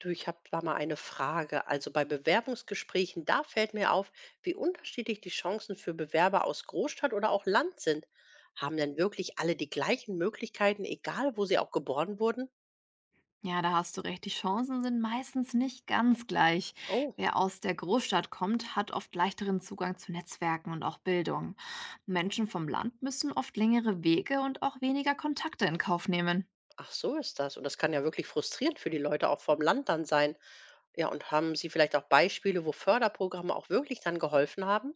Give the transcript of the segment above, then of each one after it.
Du, ich habe da mal eine Frage. Also bei Bewerbungsgesprächen, da fällt mir auf, wie unterschiedlich die Chancen für Bewerber aus Großstadt oder auch Land sind. Haben denn wirklich alle die gleichen Möglichkeiten, egal wo sie auch geboren wurden? Ja, da hast du recht. Die Chancen sind meistens nicht ganz gleich. Oh, Wer aus der Großstadt kommt, hat oft leichteren Zugang zu Netzwerken und auch Bildung. Menschen vom Land müssen oft längere Wege und auch weniger Kontakte in Kauf nehmen. ach so ist das. Und das kann ja wirklich frustrierend für die Leute auch vom Land dann sein. Ja, und haben Sie vielleicht auch Beispiele, wo Förderprogramme auch wirklich dann geholfen haben?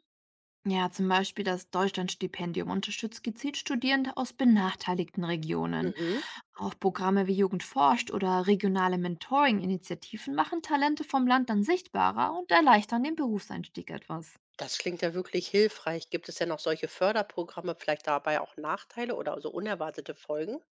Ja, zum Beispiel das Deutschlandstipendium unterstützt gezielt Studierende aus benachteiligten Regionen. Mhm. Auch Programme wie Jugend forscht oder regionale Mentoring-Initiativen machen Talente vom Land dann sichtbarer und erleichtern den Berufseinstieg etwas. Das klingt ja wirklich hilfreich. Gibt es denn auch solche Förderprogramme, vielleicht dabei auch Nachteile oder so unerwartete Folgen?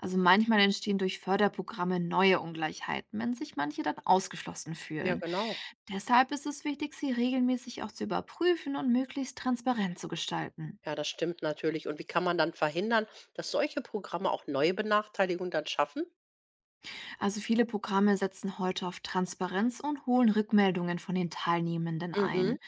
Also manchmal entstehen durch Förderprogramme neue Ungleichheiten, wenn sich manche dann ausgeschlossen Ja, fühlen. genau. Deshalb ist es wichtig, sie regelmäßig auch zu überprüfen und möglichst transparent zu gestalten. Ja, das stimmt natürlich. Und wie kann man dann verhindern, dass solche Programme auch neue Benachteiligungen dann schaffen? Also viele Programme setzen heute auf Transparenz und holen Rückmeldungen von den Teilnehmenden Mhm. ein.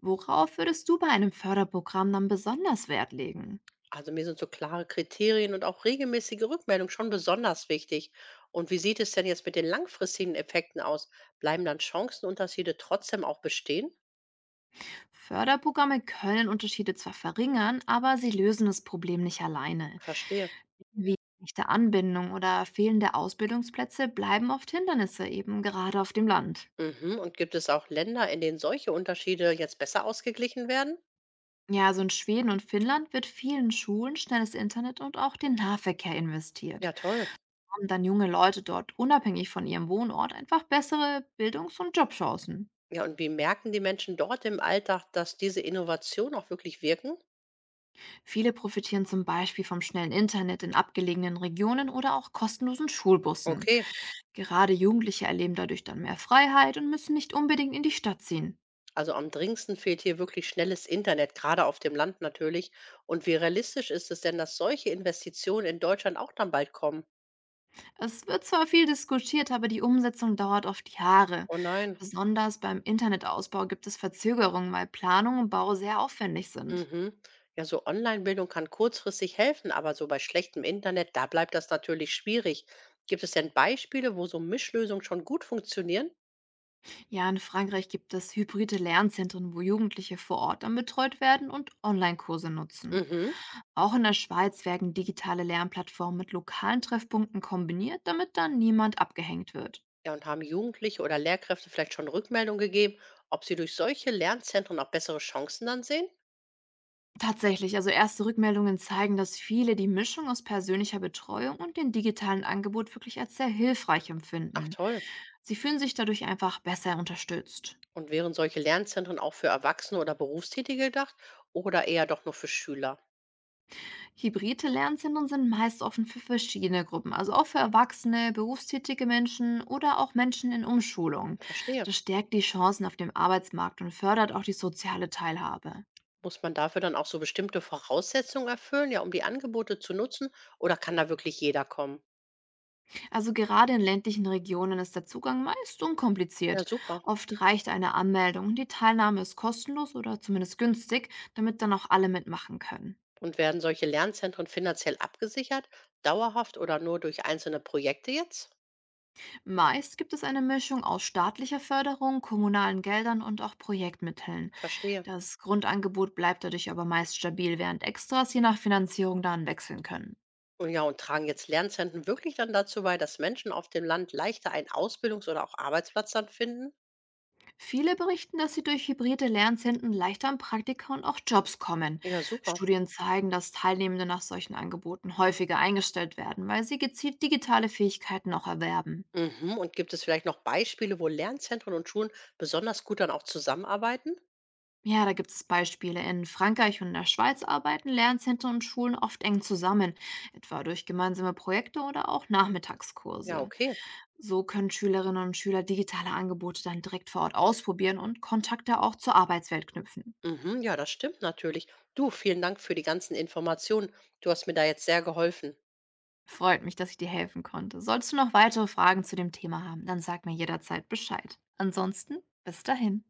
Worauf würdest du bei einem Förderprogramm dann besonders Wert legen? Also mir sind so klare Kriterien und auch regelmäßige Rückmeldung schon besonders wichtig. Und wie sieht es denn jetzt mit den langfristigen Effekten aus? Bleiben dann Chancenunterschiede trotzdem auch bestehen? Förderprogramme können Unterschiede zwar verringern, aber sie lösen das Problem nicht alleine. Verstehe. Wie echte Anbindung oder fehlende Ausbildungsplätze bleiben oft Hindernisse, eben gerade auf dem Land. Mhm. Und gibt es auch Länder, in denen solche Unterschiede jetzt besser ausgeglichen werden? Ja, also in Schweden und Finnland wird vielen Schulen schnelles Internet und auch den Nahverkehr investiert, Ja, toll. haben dann junge Leute dort unabhängig von ihrem Wohnort einfach bessere Bildungs- und Jobchancen. Ja, und wie merken die Menschen dort im Alltag, dass diese Innovationen auch wirklich wirken? Viele profitieren zum Beispiel vom schnellen Internet in abgelegenen Regionen oder auch kostenlosen Schulbussen. Okay. Gerade Jugendliche erleben dadurch dann mehr Freiheit und müssen nicht unbedingt in die Stadt ziehen. Also am dringendsten fehlt hier wirklich schnelles Internet, gerade auf dem Land natürlich. Und wie realistisch ist es denn, dass solche Investitionen in Deutschland auch dann bald kommen? Es wird zwar viel diskutiert, aber die Umsetzung dauert oft Jahre. Oh nein. Besonders beim Internetausbau gibt es Verzögerungen, weil Planung und Bau sehr aufwendig sind. Mhm. Ja, so Online-Bildung kann kurzfristig helfen, aber so bei schlechtem Internet, da bleibt das natürlich schwierig. Gibt es denn Beispiele, wo so Mischlösungen schon gut funktionieren? Ja, in Frankreich gibt es hybride Lernzentren, wo Jugendliche vor Ort dann betreut werden und Online-Kurse nutzen. Mhm. Auch in der Schweiz werden digitale Lernplattformen mit lokalen Treffpunkten kombiniert, damit dann niemand abgehängt wird. Ja, und haben Jugendliche oder Lehrkräfte vielleicht schon Rückmeldung gegeben, ob sie durch solche Lernzentren auch bessere Chancen dann sehen? Tatsächlich, also erste Rückmeldungen zeigen, dass viele die Mischung aus persönlicher Betreuung und dem digitalen Angebot wirklich als sehr hilfreich Ach empfinden. toll. Sie fühlen sich dadurch einfach besser unterstützt. Und wären solche Lernzentren auch für Erwachsene oder Berufstätige gedacht oder eher doch nur für Schüler? Hybride Lernzentren sind meist offen für verschiedene Gruppen, also auch für Erwachsene, berufstätige Menschen oder auch Menschen in Umschulung. Verstehe. Das stärkt die Chancen auf dem Arbeitsmarkt und fördert auch die soziale Teilhabe. Muss man dafür dann auch so bestimmte Voraussetzungen erfüllen, ja, um die Angebote zu nutzen? Oder kann da wirklich jeder kommen? Also gerade in ländlichen Regionen ist der Zugang meist Ja, unkompliziert. super. Oft reicht eine Anmeldung und die Teilnahme ist kostenlos oder zumindest günstig, damit dann auch alle mitmachen können. Und werden solche Lernzentren finanziell abgesichert, dauerhaft oder nur durch einzelne Projekte jetzt? Meist gibt es eine Mischung aus staatlicher Förderung, kommunalen Geldern und auch Projektmitteln. Verstehe. Das Grundangebot bleibt dadurch aber meist stabil, während Extras je nach Finanzierung dann wechseln können. Und ja, und tragen jetzt Lernzentren wirklich dann dazu bei, dass Menschen auf dem Land leichter einen Ausbildungs- oder auch Arbeitsplatz dann finden? Viele berichten, dass sie durch hybride Lernzentren leichter an Praktika und auch Jobs kommen. Ja, super. Studien zeigen, dass Teilnehmende nach solchen Angeboten häufiger eingestellt werden, weil sie gezielt digitale Fähigkeiten auch erwerben. Mhm. Und gibt es vielleicht noch Beispiele, wo Lernzentren und Schulen besonders gut dann auch zusammenarbeiten? Ja, da gibt es Beispiele. In Frankreich und der Schweiz arbeiten Lernzentren und Schulen oft eng zusammen, etwa durch gemeinsame Projekte oder auch Ja, Nachmittagskurse. okay. So können Schülerinnen und Schüler digitale Angebote dann direkt vor Ort ausprobieren und Kontakte auch zur Arbeitswelt knüpfen. Mhm. Ja, das stimmt natürlich. Du, vielen Dank für die ganzen Informationen. Du hast mir da jetzt sehr geholfen. Freut mich, dass ich dir helfen konnte. Solltest du noch weitere Fragen zu dem Thema haben, dann sag mir jederzeit Bescheid. Ansonsten, bis dahin.